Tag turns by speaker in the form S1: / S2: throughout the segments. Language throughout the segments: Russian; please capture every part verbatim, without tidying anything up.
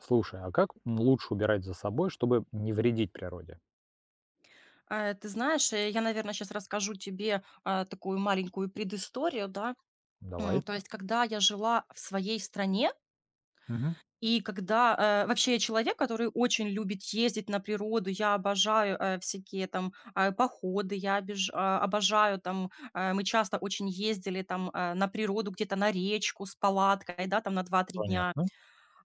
S1: Слушай, а как лучше убирать за собой, чтобы не вредить природе?
S2: Э, ты знаешь, э, я, наверное, сейчас расскажу тебе, а, такую маленькую предысторию, да.
S1: Давай.
S2: М, то есть, когда я жила в своей стране
S1: Мгм.
S2: и когда, э, вообще я человек, который очень любит ездить на природу, я обожаю, э, всякие там, а, походы, я обиж а, обожаю там, э, мы часто очень ездили там, э, на природу, где-то на речку с палаткой, да, там на два-три дня.
S1: Понятно.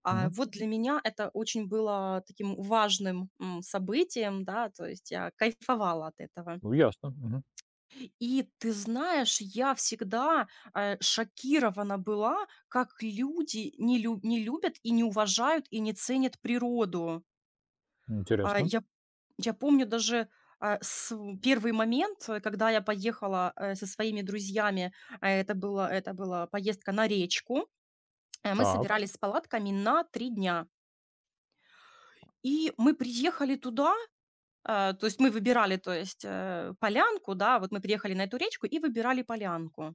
S2: А,
S1: Мгм.
S2: вот для меня это очень было таким важным, м, событием, да, то есть я кайфовала от этого.
S1: Ну, ясно. Мгм.
S2: И ты знаешь, я всегда, э, шокирована была, как люди не лю не любят и не уважают, и не ценят природу. А,
S1: Интересно.
S2: я я помню даже, а, св первый момент, э, когда я поехала, э, со своими друзьями, а это было это была поездка на речку. Э, мы
S1: Так.
S2: собирались с палатками на три дня. И мы приехали туда. Э, то есть мы выбирали, то есть, э, полянку, да, вот мы приехали на эту речку и выбирали полянку.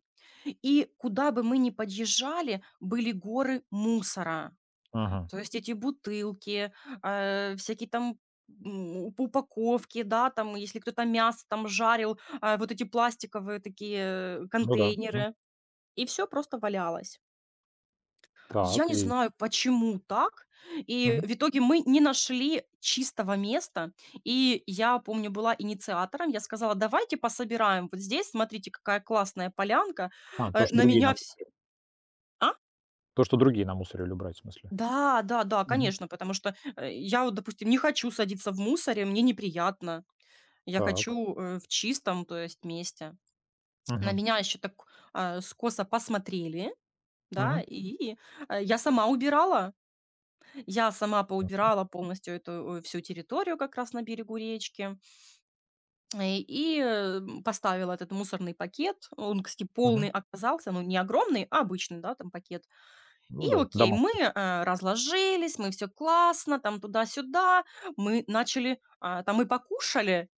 S2: И куда бы мы ни подъезжали, были горы мусора.
S1: Ага.
S2: То есть эти бутылки, э, всякие там, м, уп упаковки, да, там, если кто-то мясо там жарил, а, вот эти пластиковые такие
S1: Ну да. Мгм.
S2: контейнеры. И все просто валялось. Я
S1: Так.
S2: не
S1: И.
S2: знаю, почему так. И
S1: Мгм.
S2: в итоге мы не нашли чистого места. И я помню, была инициатором. Я сказала: "Давайте пособираем вот здесь. Смотрите, какая классная полянка".
S1: А, то,
S2: Э,
S1: что
S2: на
S1: другие нам.
S2: меня вс А?
S1: То, что другие намусорили убрать, в смысле.
S2: Да, да, да,
S1: Мгм.
S2: конечно, потому что, э, я вот, допустим, не хочу садиться в мусоре, мне неприятно. Я
S1: Так.
S2: хочу, э, в чистом, то есть, месте. На
S1: Мгм.
S2: меня еще так, а, скосо посмотрели, да,
S1: Мгм.
S2: и, э, я сама убирала. Я сама
S1: Да.
S2: поубирала полностью эту, э, всю территорию как раз на берегу речки, э, и, э, м, поставила этот мусорный пакет. Он, кстати,
S1: Мгм.
S2: полный оказался, ну, не огромный, а обычный, да, там пакет. И
S1: Ну да,
S2: окей, мы,
S1: домашний.
S2: э, разложились, мы все классно, там туда-сюда. Мы начали, а, там и покушали.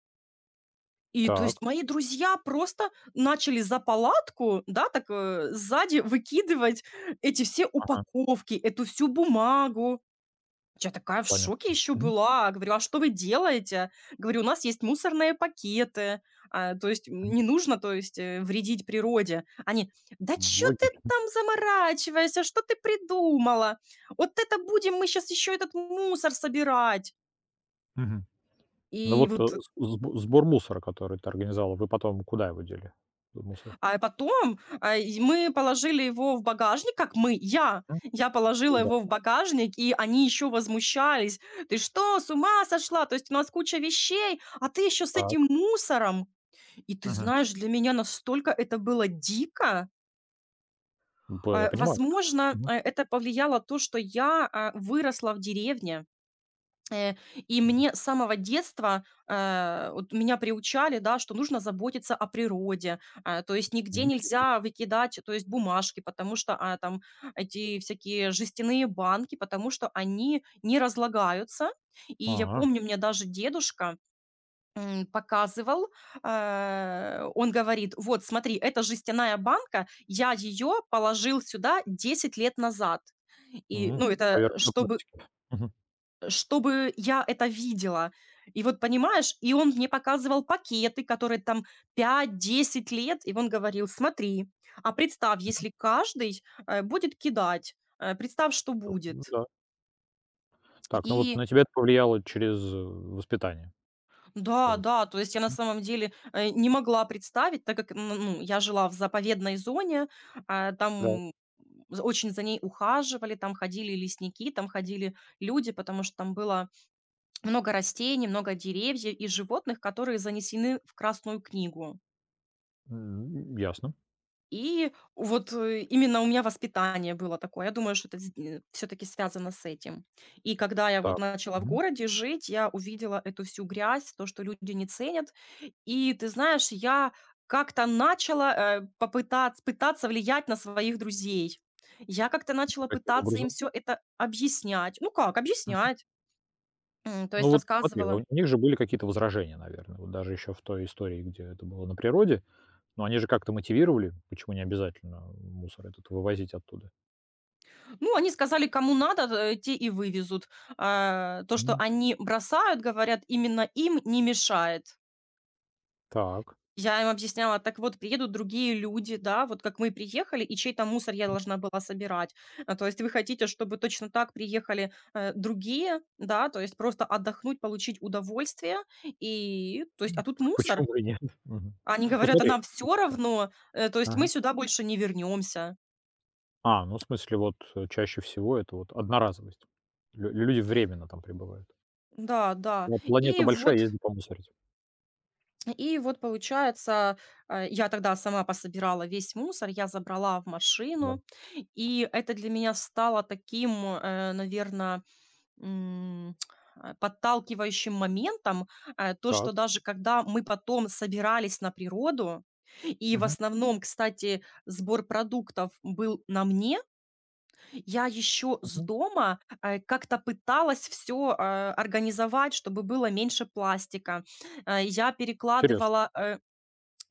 S2: И, то есть,
S1: Так.
S2: мои друзья просто начали за палатку, да, так, э, сзади выкидывать эти все
S1: Ага.
S2: упаковки, эту всю бумагу. Я такая в
S1: Понятно.
S2: шоке еще
S1: Мгм.
S2: была. Говорю: "А что вы делаете?" Говорю: "У нас есть мусорные пакеты, а, то есть м,
S1: Мгм.
S2: не нужно, то есть, э, вредить природе". Они: "Да чё ты
S1: Логично.
S2: там заморачиваешься? Что ты придумала? Вот это будем мы сейчас еще этот мусор собирать".
S1: Мгм. Ну
S2: И
S1: вот э,
S2: вот
S1: с- сбо- сбор мусора, который ты организовал, вы потом куда его дели? Мусор.
S2: А потом, а, и мы положили его в багажник, как мы, я.
S1: Мгм.
S2: Я положила
S1: Ну да.
S2: его в багажник, и они еще возмущались: "Ты что, с ума сошла? То есть у нас куча вещей, а ты еще с
S1: Так.
S2: этим мусором!" И ты
S1: Мгм.
S2: знаешь, для меня настолько это было дико.
S1: Б Я
S2: А,
S1: понимаю.
S2: возможно,
S1: Мгм.
S2: э, это повлияло то, что я, а, выросла в деревне. Э, и мне с самого детства, э, вот меня приучали, да, что нужно заботиться о природе, а, то есть
S1: М,
S2: нигде
S1: действительно.
S2: нельзя выкидать, то есть бумажки, потому что, а, там эти всякие жестяные банки, потому что они не разлагаются. И я
S1: Ага.
S2: помню, мне даже дедушка, м, показывал, э, он говорит: "Вот смотри, это жестяная банка, я ее положил сюда десять лет назад". И,
S1: М.
S2: ну, это э,
S1: Проверка на
S2: чтобы
S1: практике. Мгм.
S2: чтобы я это видела. И вот понимаешь, и он мне показывал пакеты, которые там пять десять лет, и он говорил: "Смотри, а представь, если каждый, э, будет кидать, э, представь, что
S1: Ну ну
S2: будет".
S1: да. Так, ну вот
S2: И
S1: на тебя это повлияло через, э, воспитание, что
S2: да,
S1: вот.
S2: да, то есть я на
S1: Мгм.
S2: самом деле, э, не могла представить, так как, н ну, я жила в заповедной зоне, а,
S1: Да.
S2: там з очень за ней ухаживали, там ходили лесники, там ходили люди, потому что там было много растений, много деревьев и животных, которые занесены в Красную книгу.
S1: М, ясно.
S2: И вот, э, именно у меня воспитание было такое. Я думаю, что это все таки связано с этим. И когда я
S1: Так.
S2: вот начала в
S1: Мгм.
S2: городе жить, я увидела эту всю грязь, то, что люди не ценят. И ты знаешь, я как-то начала, попытаться пытаться влиять на своих друзей. Я как-то начала
S1: Каким
S2: пытаться им
S1: образом?
S2: все это объяснять. Ну как
S1: Мгм.
S2: объяснять, м, то
S1: Ну
S2: есть
S1: вот смотри,
S2: рассказывала.
S1: у них же были какие-то возражения, наверное, вот даже еще в той истории, где это было на природе, но они же как-то мотивировали, почему не обязательно мусор этот вывозить оттуда.
S2: Ну, они сказали, кому надо, э, те и вывезут. А, то, что
S1: М.
S2: они бросают, говорят, именно им не мешает.
S1: Так.
S2: Я им объясняла, так вот, приедут другие люди, да, вот как мы приехали, и чей-то мусор я должна была собирать. А, то есть вы хотите, чтобы точно так приехали э, другие, да, то есть просто отдохнуть, получить удовольствие, и, то есть, а тут
S1: Почему
S2: мусор.
S1: бы и нет? Мгм.
S2: Они
S1: Ну
S2: говорят, а
S1: смотри.
S2: нам все равно, э, то есть мы
S1: Ага.
S2: сюда больше не вернемся.
S1: А, ну, в смысле, вот, э, чаще всего это вот одноразовость. Лю люди временно там пребывают.
S2: Да, да.
S1: Ну, планета
S2: И
S1: большая,
S2: вот
S1: езди помусорить.
S2: И вот получается, а, я тогда сама пособирала весь мусор, я забрала в
S1: Да.
S2: машину, и это для меня стало таким, наверное, подталкивающим моментом, э, то,
S1: Так.
S2: что даже когда мы потом собирались на природу, и в
S1: Мгм.
S2: основном, кстати, сбор продуктов был на мне, я еще с
S1: Мгм.
S2: дома, э, как-то пыталась все организовать, чтобы было меньше пластика. А, я
S1: Интересно.
S2: перекладывала, э,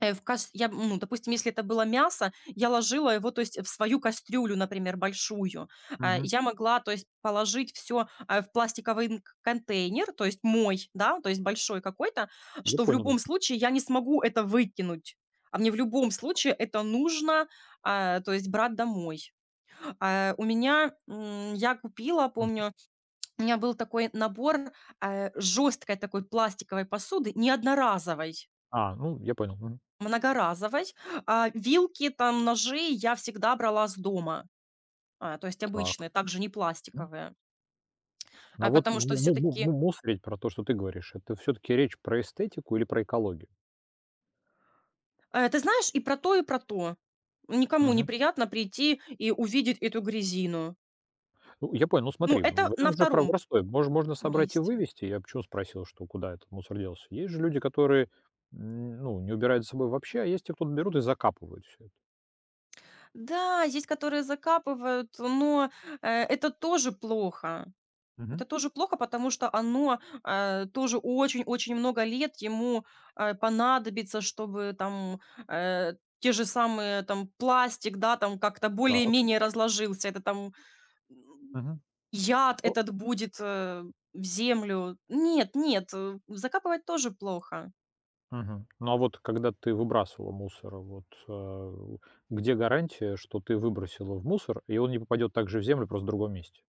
S2: Э, в кас я, ну, допустим, если это было мясо, я ложила его, то есть, в свою кастрюлю, например, большую. А,
S1: Мгм.
S2: я могла, то есть, положить все в пластиковый н к контейнер, то есть мой, да, то есть большой какой-то,
S1: Я
S2: что в
S1: понял, да.
S2: любом случае я не смогу это выкинуть. А мне в любом случае это нужно, а, то есть брать домой. А, у меня, м, я купила,
S1: Мгм.
S2: помню, у меня был такой набор, э, такой пластиковой посуды, не одноразовой.
S1: А, ну, я понял. Мгм.
S2: Многоразовой. А вилки, там, ножи я всегда брала с дома, а, то есть
S1: Так.
S2: обычные, также не
S1: М.
S2: пластиковые.
S1: Но
S2: А,
S1: вот
S2: потому что
S1: му
S2: все
S1: му му
S2: таки
S1: му- мусорить, про то, что ты говоришь, это все таки речь про эстетику или про экологию?
S2: ты знаешь, и про то, и про то. Никому неприятно прийти и увидеть эту грязину.
S1: Ну, я понял. Ну,
S2: Ну,
S1: смотри,
S2: это на
S1: вариант же про
S2: втором
S1: простой. Мож можно собрать и
S2: месте.
S1: вывести. Я почему спросил, что куда этот мусор делся? Есть же люди, которые, м, ну, не убирают за собой вообще, а есть те, кто берут и закапывают все это.
S2: Да, есть которые закапывают, но, э, это тоже плохо.
S1: Мгм.
S2: Это тоже плохо, потому что оно, э, тоже очень-очень много лет ему, э, понадобится, чтобы там, э, те же самые там пластик, да, там как-то
S1: Так.
S2: более-менее разложился. Это там, м,
S1: Мгм.
S2: яд
S1: Ну
S2: этот будет, э, в землю. Нет, нет, э, закапывать тоже плохо.
S1: мгм. Ну, а вот когда ты выбрасывала мусора, вот, э, где гарантия, что ты выбросила в мусор, и он не попадет также в землю, просто в другом месте?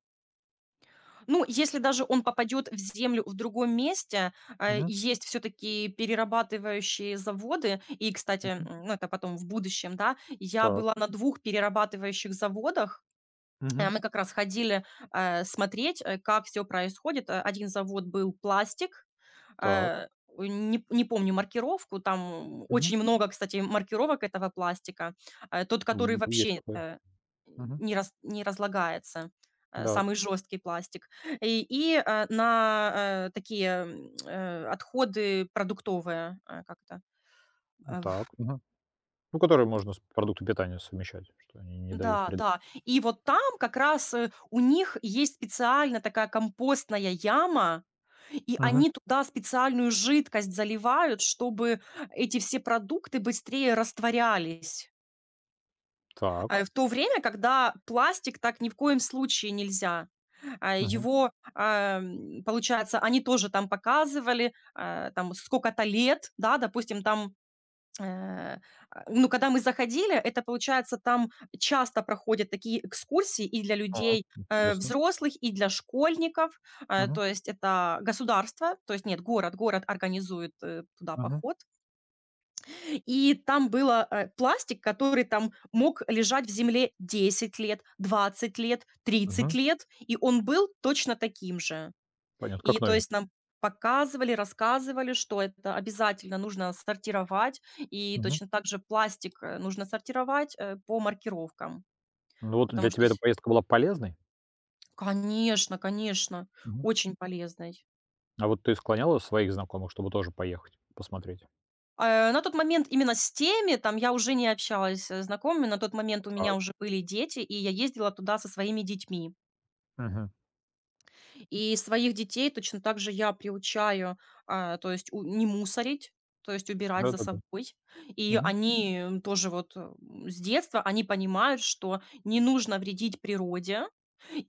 S2: Ну, если даже он попадет в землю в другом месте, а,
S1: Мгм.
S2: есть все-таки перерабатывающие заводы. И, кстати,
S1: Мгм.
S2: м, ну, это потом в будущем, да, я
S1: Так.
S2: была на двух перерабатывающих заводах.
S1: Мгм.
S2: Э, мы как раз ходили, э, смотреть, э, как все происходит. Э, один завод был пластик,
S1: Так.
S2: э, ой, не не помню маркировку, там
S1: Мгм.
S2: очень много, кстати, маркировок этого пластика. Э, тот, который
S1: М, есть
S2: вообще,
S1: такое.
S2: э,
S1: Мгм.
S2: не рас не разлагается, э,
S1: Да.
S2: самый жесткий пластик. И и, э, на, э, Такие, м, э, отходы продуктовые, э, как это, э,
S1: Так.
S2: в
S1: Ну, которые можно с продуктом питания совмещать, что они не дают
S2: да,
S1: вреда.
S2: да. И вот там как раз, э, у них есть специально такая компостная яма. И
S1: Мгм.
S2: они туда специальную жидкость заливают, чтобы эти все продукты быстрее растворялись.
S1: Так.
S2: А в то время, когда пластик так ни в коем случае нельзя. А
S1: Мгм.
S2: его, ам, получается, они тоже там показывали, а, там сколько-то лет, да, допустим, там. Э, а, ну, когда мы заходили, это, получается, там часто проходят такие экскурсии и для
S1: А,
S2: людей, э,
S1: интересно.
S2: взрослых, и для школьников. Э,
S1: Мгм.
S2: то есть это государство, то есть нет, город, город организует, э, туда
S1: Мгм.
S2: поход. И там было, э, пластик, который там мог лежать в земле десять лет, двадцать лет,
S1: Мгм.
S2: тридцать лет, и он был точно таким же.
S1: Понятно,
S2: И
S1: как
S2: то
S1: новенький.
S2: есть нам показывали, рассказывали, что это обязательно нужно сортировать, и
S1: Мгм.
S2: точно так же пластик, э, нужно сортировать, э, по маркировкам,
S1: Ну, вот для
S2: потому что
S1: тебя эта
S2: вс
S1: поездка была полезной?
S2: конечно, конечно,
S1: Мгм.
S2: очень полезной.
S1: А вот ты склоняла своих знакомых, чтобы тоже поехать посмотреть?
S2: Э, на тот момент именно с теми там я уже не общалась, с знакомыми. На тот момент у
S1: Так.
S2: меня уже были дети, и я ездила туда со своими детьми.
S1: Мгм.
S2: И своих детей точно так же я приучаю, а, то есть у не мусорить, то есть убирать за
S1: Да-да-да.
S2: собой. И
S1: Мгм.
S2: они, м, тоже вот, э, м, с детства они понимают, что не нужно вредить природе.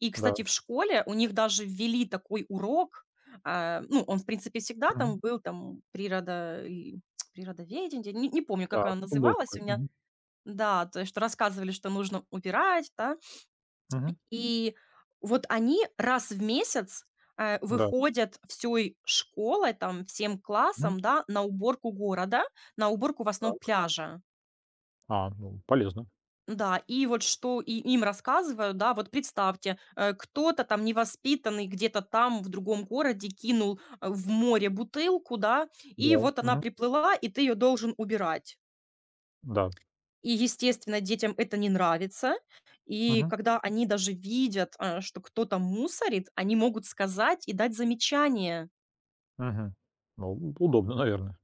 S2: И,
S1: Да.
S2: кстати, в школе у них даже ввели такой урок, а, ну, он, в принципе, всегда
S1: Мгм.
S2: там был, там, природа и природоведение, не не помню, как
S1: Так,
S2: она
S1: ну, был
S2: называлась
S1: такой.
S2: у меня.
S1: Мгм.
S2: Да, то есть что рассказывали, что нужно убирать, да.
S1: Мгм.
S2: И вот они раз в месяц, э,
S1: Да.
S2: выходят всей школой, там, всем
S1: Мгм.
S2: классом, да, на уборку города, на уборку в основном
S1: Так.
S2: пляжа.
S1: А, ну, полезно.
S2: Да, и вот что и им рассказываю, да, вот представьте, э, кто-то там невоспитанный где-то там в другом городе кинул, э, в море бутылку, да, и
S1: Да.
S2: вот она
S1: Мгм.
S2: приплыла, и ты ее должен убирать.
S1: Да.
S2: И, естественно, детям это не нравится. И
S1: Мгм.
S2: когда они даже видят, а, что кто-то мусорит, они могут сказать и дать замечание.
S1: Мгм. Ну, удобно, наверное,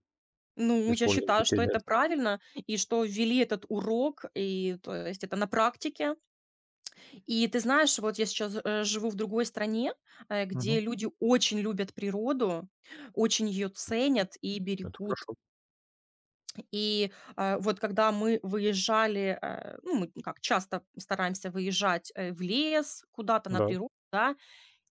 S2: Ну, я
S1: использовать
S2: считаю,
S1: детей
S2: что
S1: для
S2: это
S1: этого.
S2: правильно, и что ввели этот урок, и то есть это на практике. И ты знаешь, вот я сейчас э, живу в другой стране, э,
S1: Мгм.
S2: где люди очень любят природу, очень ее ценят и
S1: Это
S2: берегут.
S1: хорошо.
S2: И, э, вот когда мы выезжали, э, ну, мы как часто стараемся выезжать, э, в лес, куда-то на
S1: Да.
S2: природу, да.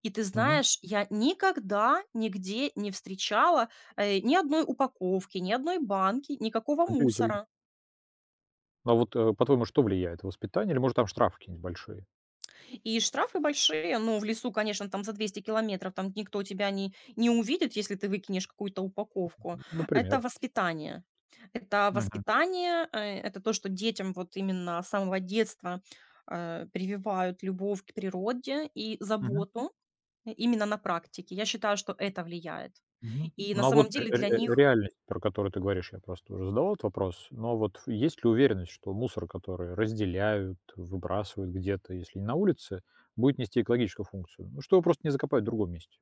S2: И ты
S1: Мгм.
S2: знаешь, я никогда нигде не встречала, э, ни одной упаковки, ни одной банки, никакого
S1: Удивительно.
S2: мусора.
S1: А вот, э, по-твоему, что влияет? Воспитание или, может, там штрафы какие-нибудь большие?
S2: И штрафы большие. Ну, в лесу, конечно, там за двести километров там никто тебя не, не увидит, если ты выкинешь какую-то упаковку. Это
S1: Например.
S2: воспитание. Это
S1: Мгм.
S2: воспитание, э, это то, что детям вот именно с самого детства э, прививают любовь к природе и
S1: Мгм.
S2: заботу именно на практике. Я считаю, что это влияет.
S1: Мгм.
S2: И на
S1: Ну, а вот
S2: самом
S1: ре
S2: деле
S1: ре
S2: для
S1: э,
S2: них
S1: реальность, про которую ты говоришь, я просто уже задавал этот вопрос, но вот есть ли уверенность, что мусор, который разделяют, выбрасывают где-то, если не на улице, будет нести экологическую функцию? Ну, что его просто не закопают в другом месте?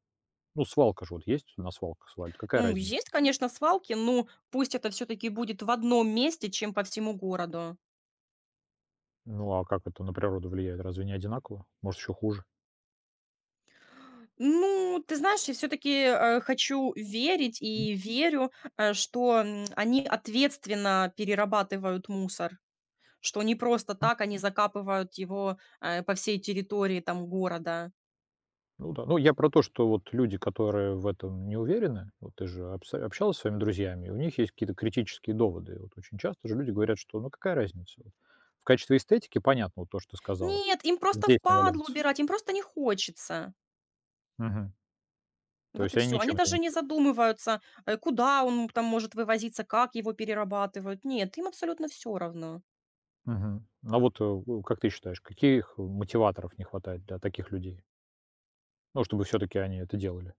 S1: Ну, свалка же вот есть, на свалках свалят, какая
S2: Ну,
S1: разница?
S2: есть, конечно, свалки, но пусть это все-таки будет в одном месте, чем по всему городу.
S1: Ну, а как это на природу влияет? Разве не одинаково? Может, еще хуже?
S2: Ну, ты знаешь, я все-таки хочу верить
S1: М.
S2: и верю, э, что м, они ответственно перерабатывают мусор, что не просто так они закапывают его э, по всей территории там города.
S1: Ну да. Ну, я про то, что вот люди, которые в этом не уверены, вот ты же обса- общалась со своими друзьями, и у них есть какие-то критические доводы. И вот очень часто же люди говорят, что ну какая разница. Вот. В качестве эстетики понятно вот то, что ты сказала.
S2: Нет, им просто
S1: Здесь не
S2: впадлу
S1: валяется.
S2: убирать, им просто не хочется.
S1: Мгм. То
S2: Вот
S1: есть
S2: и
S1: они
S2: все. Они
S1: ничем это не
S2: даже не
S1: мотивируют.
S2: задумываются, э, куда он там может вывозиться, как его перерабатывают. Нет, им абсолютно все равно.
S1: Мгм. А вот э, у- как ты считаешь, каких мотиваторов не хватает для таких людей? Ну, чтобы все-таки они это делали.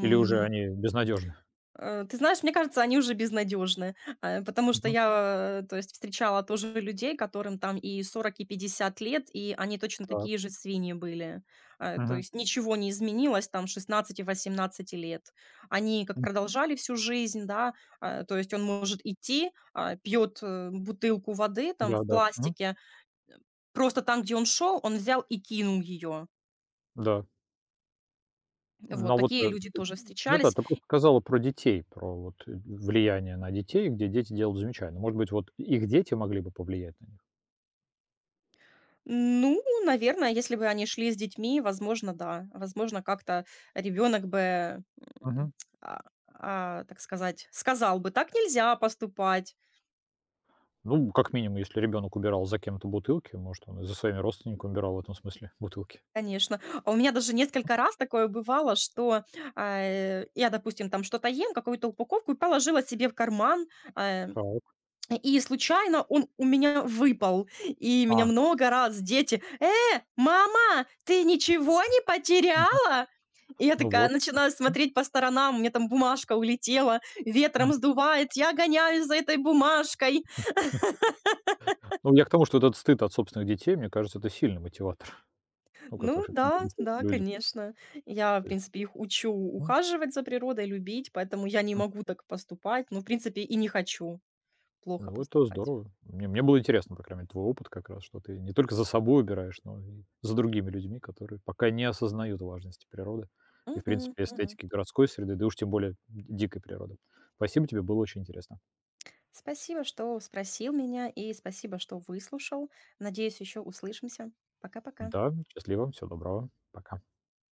S1: Или уже они безнадежны?
S2: Э, ты знаешь, мне кажется, они уже безнадежны, э, потому что
S1: Мгм.
S2: я, э, то есть, встречала тоже людей, которым там и сорок, и пятьдесят лет, и они точно
S1: Так.
S2: такие же свиньи были. Э, то
S1: Мгм.
S2: есть ничего не изменилось там с шестнадцати восемнадцати лет. Они как
S1: М.
S2: продолжали всю жизнь, да, э, то есть он может идти, а, пьет э, бутылку воды там
S1: Да,
S2: в
S1: да. Мгм.
S2: пластике, просто там, где он шел, он взял и кинул ее.
S1: Да.
S2: Вот
S1: Но вот,
S2: такие
S1: э,
S2: люди
S1: т
S2: тоже
S1: да-да,
S2: встречались.
S1: ты просто сказала про детей, про вот э, влияние на детей, где дети делают замечательно. Может быть, вот их дети могли бы повлиять на них?
S2: Ну, наверное, если бы они шли с детьми, возможно, да. Возможно, как-то ребенок бы,
S1: Мгм.
S2: м, а, а, так сказать, сказал бы, так нельзя поступать.
S1: Ну, как минимум, если ребенок убирал за кем-то бутылки, может, он и за своими родственниками убирал в этом смысле бутылки.
S2: Конечно. А у меня даже несколько раз такое бывало, что а, э, я, допустим, там что-то ем, какую-то упаковку, и положила себе в карман. а,
S1: Так.
S2: И случайно он у меня выпал, и меня
S1: А,
S2: много раз дети: "Э, Мама, ты ничего не
S1: мгм.
S2: потеряла?" И я
S1: Ну
S2: такая
S1: вот.
S2: начинаю
S1: М.
S2: смотреть по сторонам, у меня там бумажка улетела,
S1: Мгм.
S2: ветром сдувает, я гоняюсь за этой бумажкой.
S1: Ну, я к тому, что вот этот стыд от собственных детей, мне кажется, это сильный мотиватор, ну,
S2: Ну
S1: который
S2: да, да,
S1: люди.
S2: конечно. Я, в
S1: То есть,
S2: принципе, их учу
S1: м.
S2: ухаживать за природой, любить, поэтому я не могу так поступать, но, в принципе, и не хочу плохо
S1: Ну, это
S2: поступать.
S1: здорово. Мне мне было интересно, по крайней мере, твой опыт как раз, что ты не только за собой убираешь, но и за другими людьми, которые пока не осознают важности природы и, в
S2: Мгм,
S1: принципе,
S2: мгм.
S1: эстетики городской среды, да уж тем более д- дикой природы. Спасибо тебе, было очень интересно.
S2: Спасибо, что спросил меня, и спасибо, что выслушал. Надеюсь, еще услышимся. Пока-пока.
S1: Да, счастливо, всего доброго, пока.